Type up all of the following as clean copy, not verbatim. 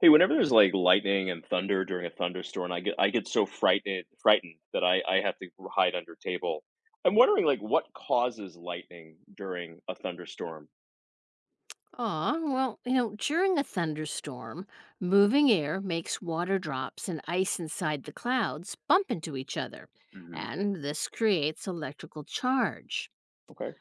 Hey, whenever there's like lightning and thunder during a thunderstorm, I get so frightened that I have to hide under a table. I'm wondering like what causes lightning during a thunderstorm. Aw, well, during a thunderstorm, moving air makes water drops and ice inside the clouds bump into each other, Hmm. and this creates electrical charge. Okay.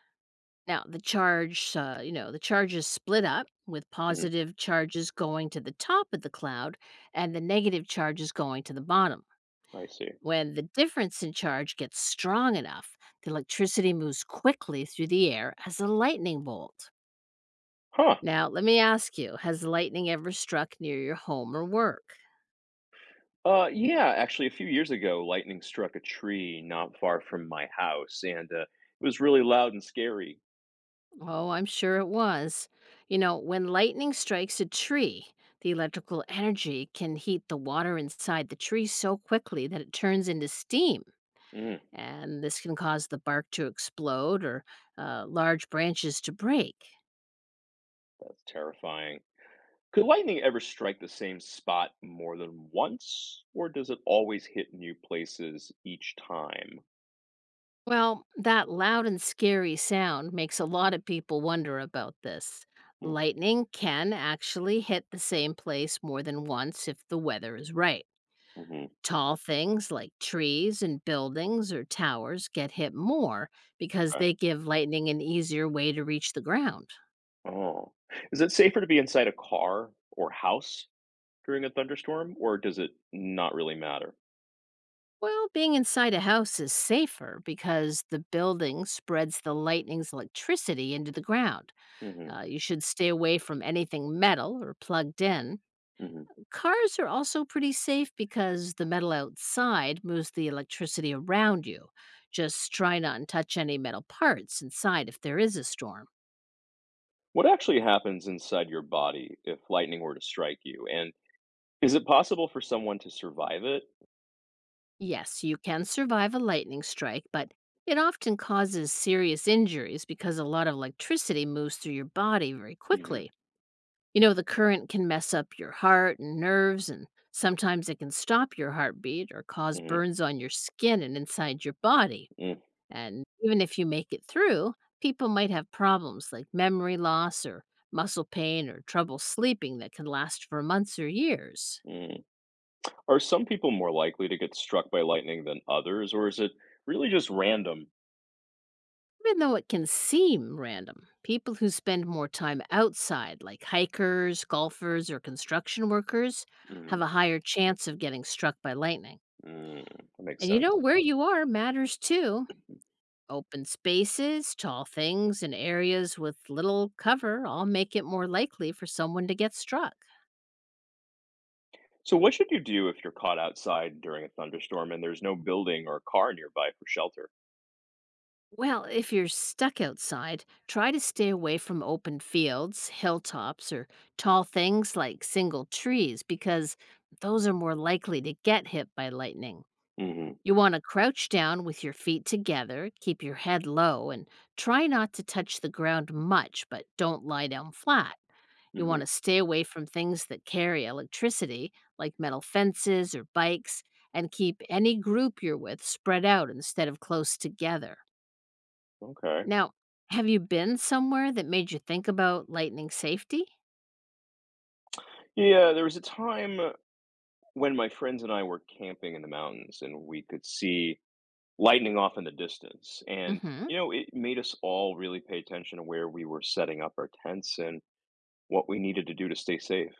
Now, the charges split up with Hmm. positive charges going to the top of the cloud and the negative charges going to the bottom. I see. When the difference in charge gets strong enough, the electricity moves quickly through the air as a lightning bolt. Huh. Now, let me ask you, has lightning ever struck near your home or work? Yeah, actually, a few years ago, lightning struck a tree not far from my house, and it was really loud and scary. Oh, I'm sure it was. When lightning strikes a tree, the electrical energy can heat the water inside the tree so quickly that it turns into steam. Mm, And this can cause the bark to explode or large branches to break. that's terrifying. Could lightning ever strike the same spot more than once, or does it always hit new places each time? Well, that loud and scary sound makes a lot of people wonder about this. Mm, Lightning can actually hit the same place more than once if the weather is right. mhm, Tall things like trees and buildings or towers get hit more because okay. they give lightning an easier way to reach the ground. Oh. Is it safer to be inside a car or house during a thunderstorm, or does it not really matter? Well, being inside a house is safer because the building spreads the lightning's electricity into the ground. Mhm, You should stay away from anything metal or plugged in. mhm. Cars are also pretty safe because the metal outside moves the electricity around you. Just try not to touch any metal parts inside if there is a storm. What actually happens inside your body if lightning were to strike you, and is it possible for someone to survive it? Yes, you can survive a lightning strike, but it often causes serious injuries because a lot of electricity moves through your body very Mhm, quickly. The current can mess up your heart and nerves, and sometimes it can stop your heartbeat or cause mhm, burns on your skin and inside your body. mm, And even if you make it through, people might have problems like memory loss or muscle pain or trouble sleeping that can last for months or years. mm. Are some people more likely to get struck by lightning than others, or is it really just random? Even though it can seem random, people who spend more time outside, like hikers, golfers, or construction workers, have Mm, a higher chance of getting struck by lightning. mm, that makes And sense. Where you are matters too. Open spaces, tall things, and areas with little cover all make it more likely for someone to get struck. So, what should you do if you're caught outside during a thunderstorm and there's no building or car nearby for shelter? Well, if you're stuck outside, try to stay away from open fields, hilltops, or tall things like single trees because those are more likely to get hit by lightning. Hmm. You want to crouch down with your feet together, keep your head low, and try not to touch the ground much, but don't lie down flat. You want Hmm. to stay away from things that carry electricity, like metal fences or bikes, and keep any group you're with spread out instead of close together. Okay. Now, have you been somewhere that made you think about lightning safety? Yeah, there was a time when my friends and I were camping in the mountains and we could see lightning off in the distance. And, Mhm. you know, it made us all really pay attention to where we were setting up our tents and what we needed to do to stay safe.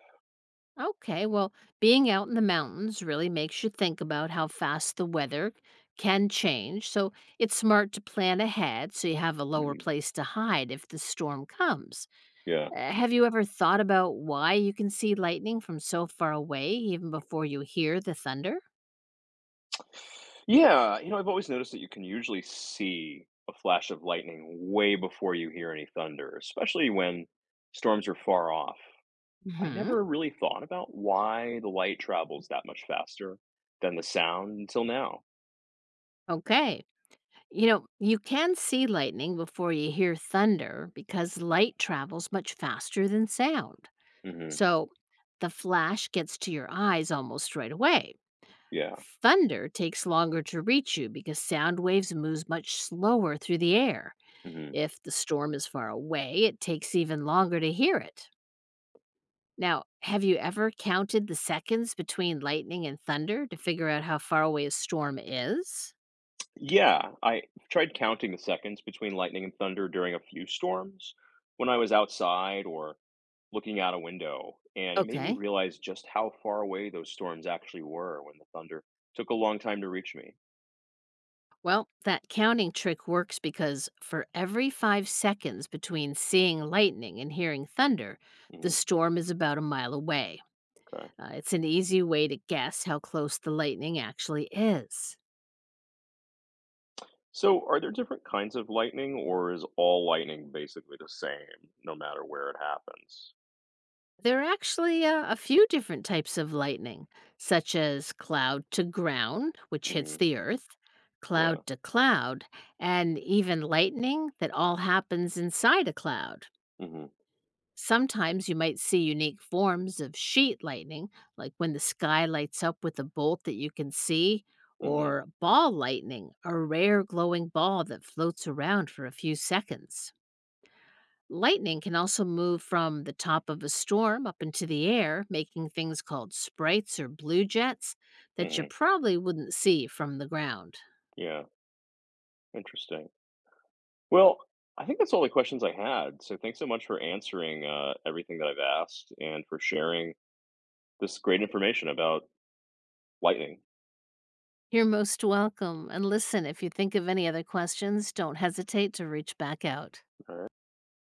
Okay. Well, being out in the mountains really makes you think about how fast the weather can change. So, it's smart to plan ahead so you have a lower Hmm. place to hide if the storm comes. Yeah. Have you ever thought about why you can see lightning from so far away even before you hear the thunder? Yeah, you know, I've always noticed that you can usually see a flash of lightning way before you hear any thunder, especially when storms are far off. I Mhm. never really thought about why the light travels that much faster than the sound until now. Okay. You can see lightning before you hear thunder because light travels much faster than sound. Hmm. So the flash gets to your eyes almost right away. Yeah. Thunder takes longer to reach you because sound waves move much slower through the air. Hmm. If the storm is far away, it takes even longer to hear it. Now, have you ever counted the seconds between lightning and thunder to figure out how far away a storm is? Yeah, I tried counting the seconds between lightning and thunder during a few storms when I was outside or looking out a window, and it made me Okay. realize just how far away those storms actually were when the thunder took a long time to reach me. Well, that counting trick works because for every 5 seconds between seeing lightning and hearing thunder, the Mhm. storm is about a mile away. Okay. It's an easy way to guess how close the lightning actually is. So, are there different kinds of lightning, or is all lightning basically the same, no matter where it happens? There are actually a few different types of lightning, such as cloud to ground, which hits Hmm. the earth, cloud Yeah. to cloud, and even lightning that all happens inside a cloud. Hmm. Sometimes you might see unique forms of sheet lightning, like when the sky lights up with a bolt that you can see, Hmm. or ball lightning, a rare glowing ball that floats around for a few seconds. Lightning can also move from the top of a storm up into the air, making things called sprites or blue jets that you Hmm. probably wouldn't see from the ground. Yeah. Interesting. Well, I think that's all the questions I had. So thanks so much for answering everything that I've asked and for sharing this great information about lightning. You're most welcome. And listen, if you think of any other questions, don't hesitate to reach back out. All right.